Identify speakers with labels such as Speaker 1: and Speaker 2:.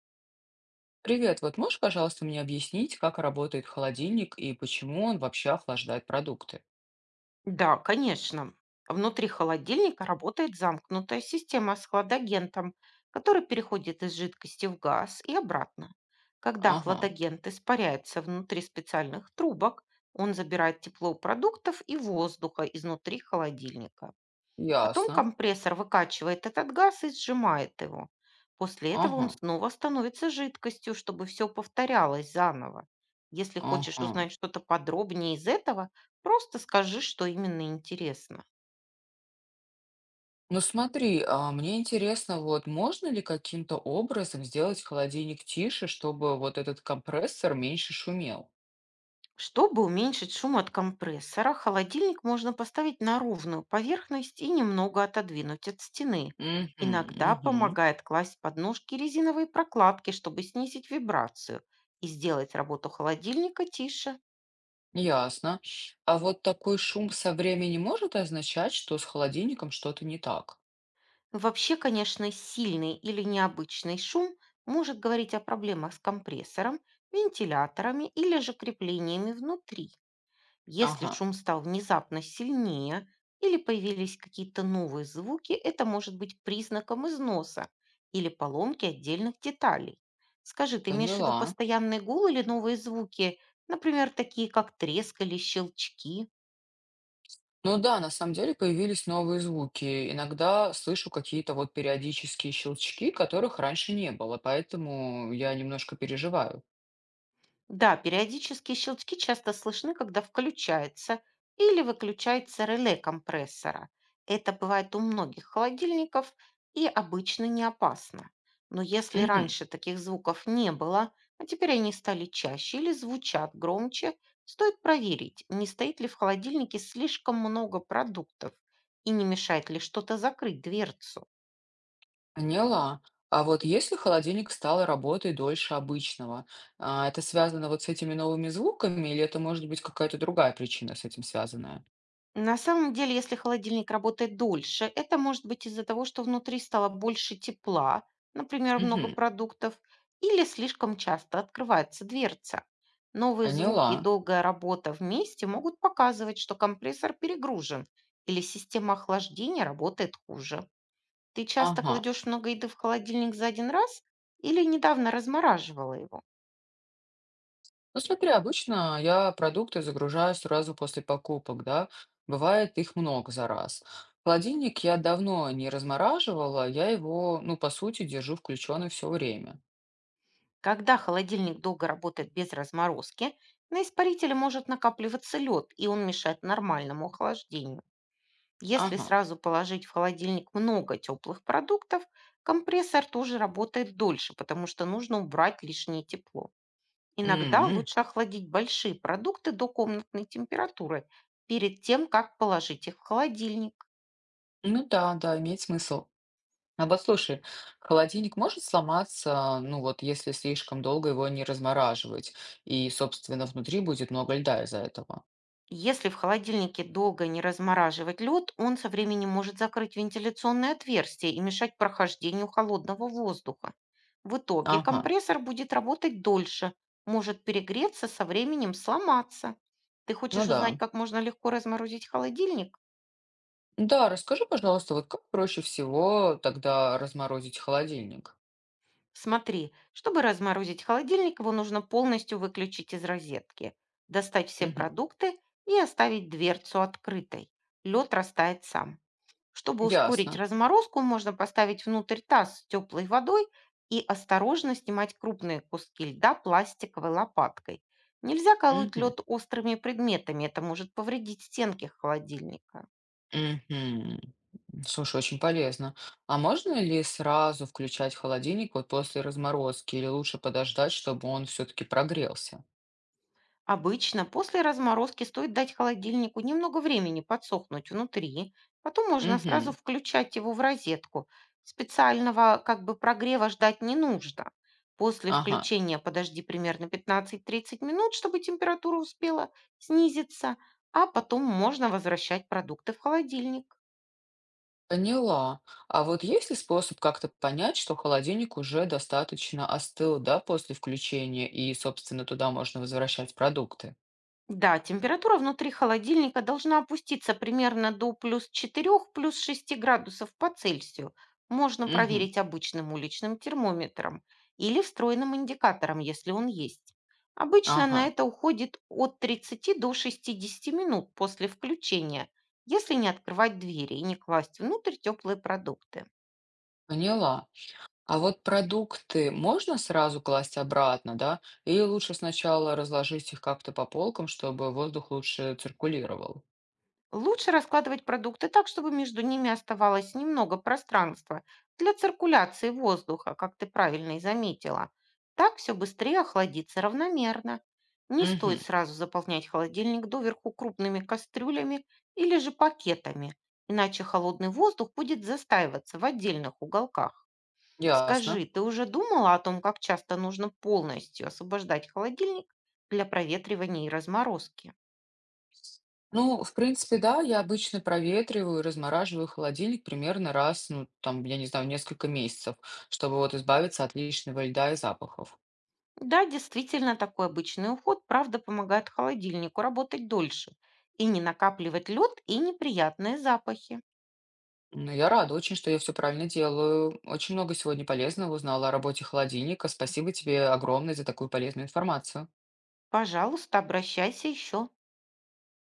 Speaker 1: Привет, вот можешь, пожалуйста, мне объяснить, как работает холодильник и почему он вообще охлаждает продукты?
Speaker 2: Да, конечно. Внутри холодильника работает замкнутая система с хладагентом, который переходит из жидкости в газ и обратно. Когда
Speaker 1: Ага,
Speaker 2: хладагент испаряется внутри специальных трубок, он забирает тепло продуктов и воздуха изнутри холодильника. Потом
Speaker 1: ясно.
Speaker 2: компрессор выкачивает этот газ и сжимает его. После этого
Speaker 1: Ага,
Speaker 2: он снова становится жидкостью, чтобы все повторялось заново. Если хочешь
Speaker 1: ага.
Speaker 2: узнать что-то подробнее из этого, просто скажи, что именно интересно.
Speaker 1: Ну смотри, а мне интересно, вот можно ли каким-то образом сделать холодильник тише, чтобы вот этот компрессор меньше шумел?
Speaker 2: Чтобы уменьшить шум от компрессора, холодильник можно поставить на ровную поверхность и немного отодвинуть от стены.
Speaker 1: Угу,
Speaker 2: Иногда
Speaker 1: угу.
Speaker 2: помогает класть под ножки резиновые прокладки, чтобы снизить вибрацию и сделать работу холодильника тише.
Speaker 1: Ясно. А вот такой шум со временем может означать, что с холодильником что-то не так?
Speaker 2: Вообще, конечно, сильный или необычный шум может говорить о проблемах с компрессором, вентиляторами или же креплениями внутри. Если
Speaker 1: Ага,
Speaker 2: шум стал внезапно сильнее или появились какие-то новые звуки, это может быть признаком износа или поломки отдельных деталей. Скажи, ты имеешь в виду
Speaker 1: поняла.
Speaker 2: постоянный гул или новые звуки, например, такие как треск или щелчки?
Speaker 1: Ну да, на самом деле появились новые звуки. Иногда слышу какие-то вот периодические щелчки, которых раньше не было, поэтому я немножко переживаю.
Speaker 2: Да, периодические щелчки часто слышны, когда включается или выключается реле компрессора. Это бывает у многих холодильников и обычно не опасно. Но если
Speaker 1: Мгм.
Speaker 2: раньше таких звуков не было, а теперь они стали чаще или звучат громче, стоит проверить, не стоит ли в холодильнике слишком много продуктов и не мешает ли что-то закрыть дверцу.
Speaker 1: Поняла. А вот если холодильник стал работать дольше обычного, а, это связано вот с этими новыми звуками, или это может быть какая-то другая причина с этим связанная?
Speaker 2: На самом деле, если холодильник работает дольше, это может быть из-за того, что внутри стало больше тепла, например, много
Speaker 1: Мгм.
Speaker 2: продуктов, или слишком часто открывается дверца. Новые звуки и
Speaker 1: Поняла.
Speaker 2: долгая работа вместе могут показывать, что компрессор перегружен или система охлаждения работает хуже. Ты часто
Speaker 1: Ага.
Speaker 2: кладешь много еды в холодильник за один раз или недавно размораживала его?
Speaker 1: Ну, смотри, обычно я продукты загружаю сразу после покупок, да. Бывает их много за раз. Холодильник я давно не размораживала, я его, ну, по сути, держу включенный все время.
Speaker 2: Когда холодильник долго работает без разморозки, на испарителе может накапливаться лед, и он мешает нормальному охлаждению. Если
Speaker 1: Ага.
Speaker 2: сразу положить в холодильник много теплых продуктов, компрессор тоже работает дольше, потому что нужно убрать лишнее тепло.
Speaker 1: М,
Speaker 2: Иногда
Speaker 1: м.
Speaker 2: лучше охладить большие продукты до комнатной температуры перед тем, как положить их в холодильник.
Speaker 1: Ну да, да, имеет смысл. А вот слушай, холодильник может сломаться, ну вот если слишком долго его не размораживать, и, собственно, внутри будет много льда из-за этого.
Speaker 2: Если в холодильнике долго не размораживать лед, он со временем может закрыть вентиляционное отверстие и мешать прохождению холодного воздуха. В итоге
Speaker 1: Ага,
Speaker 2: компрессор будет работать дольше, может перегреться, со временем сломаться. Ты
Speaker 1: ну
Speaker 2: хочешь узнать,
Speaker 1: да.
Speaker 2: как можно легко разморозить холодильник?
Speaker 1: Да, расскажи, пожалуйста, вот как проще всего тогда разморозить холодильник?
Speaker 2: Смотри, чтобы разморозить холодильник, его нужно полностью выключить из розетки, достать все
Speaker 1: Мгм.
Speaker 2: продукты и оставить дверцу открытой. Лед растает сам. Чтобы ускорить
Speaker 1: Ясно.
Speaker 2: разморозку, можно поставить внутрь таз с теплой водой и осторожно снимать крупные куски льда пластиковой лопаткой. Нельзя колоть
Speaker 1: Мгм.
Speaker 2: лед острыми предметами, это может повредить стенки холодильника.
Speaker 1: Мгм. Слушай, очень полезно. А можно ли сразу включать холодильник вот после разморозки или лучше подождать, чтобы он все-таки прогрелся?
Speaker 2: Обычно после разморозки стоит дать холодильнику немного времени подсохнуть внутри, потом можно сразу
Speaker 1: Угу.
Speaker 2: включать его в розетку. Специального как бы прогрева ждать не нужно. После
Speaker 1: Ага,
Speaker 2: включения подожди примерно 15–30 минут, чтобы температура успела снизиться, а потом можно возвращать продукты в холодильник.
Speaker 1: поняла. А вот есть ли способ как-то понять, что холодильник уже достаточно остыл, да, после включения и, собственно, туда можно возвращать продукты?
Speaker 2: Да, температура внутри холодильника должна опуститься примерно до плюс 4, плюс 6 градусов по Цельсию. Можно
Speaker 1: Угу.
Speaker 2: проверить обычным уличным термометром или встроенным индикатором, если он есть. Обычно
Speaker 1: Ага,
Speaker 2: на это уходит от 30 до 60 минут после включения, если не открывать двери и не класть внутрь теплые продукты.
Speaker 1: поняла. А вот продукты можно сразу класть обратно, да? Или лучше сначала разложить их как-то по полкам, чтобы воздух лучше циркулировал?
Speaker 2: Лучше раскладывать продукты так, чтобы между ними оставалось немного пространства для циркуляции воздуха, как ты правильно и заметила. Так все быстрее охладится равномерно. Не
Speaker 1: Угу,
Speaker 2: стоит сразу заполнять холодильник доверху крупными кастрюлями или же пакетами, иначе холодный воздух будет застаиваться в отдельных уголках.
Speaker 1: ясно.
Speaker 2: Скажи, ты уже думала о том, как часто нужно полностью освобождать холодильник для проветривания и разморозки?
Speaker 1: Ну, в принципе, да, я обычно проветриваю и размораживаю холодильник примерно раз, ну, там, я не знаю, в несколько месяцев, чтобы вот избавиться от лишнего льда и запахов.
Speaker 2: Да, действительно, такой обычный уход, правда, помогает холодильнику работать дольше и не накапливать лед и неприятные запахи.
Speaker 1: Ну, я рада очень, что я все правильно делаю. Очень много сегодня полезного узнала о работе холодильника. Спасибо тебе огромное за такую полезную информацию.
Speaker 2: Пожалуйста, обращайся еще.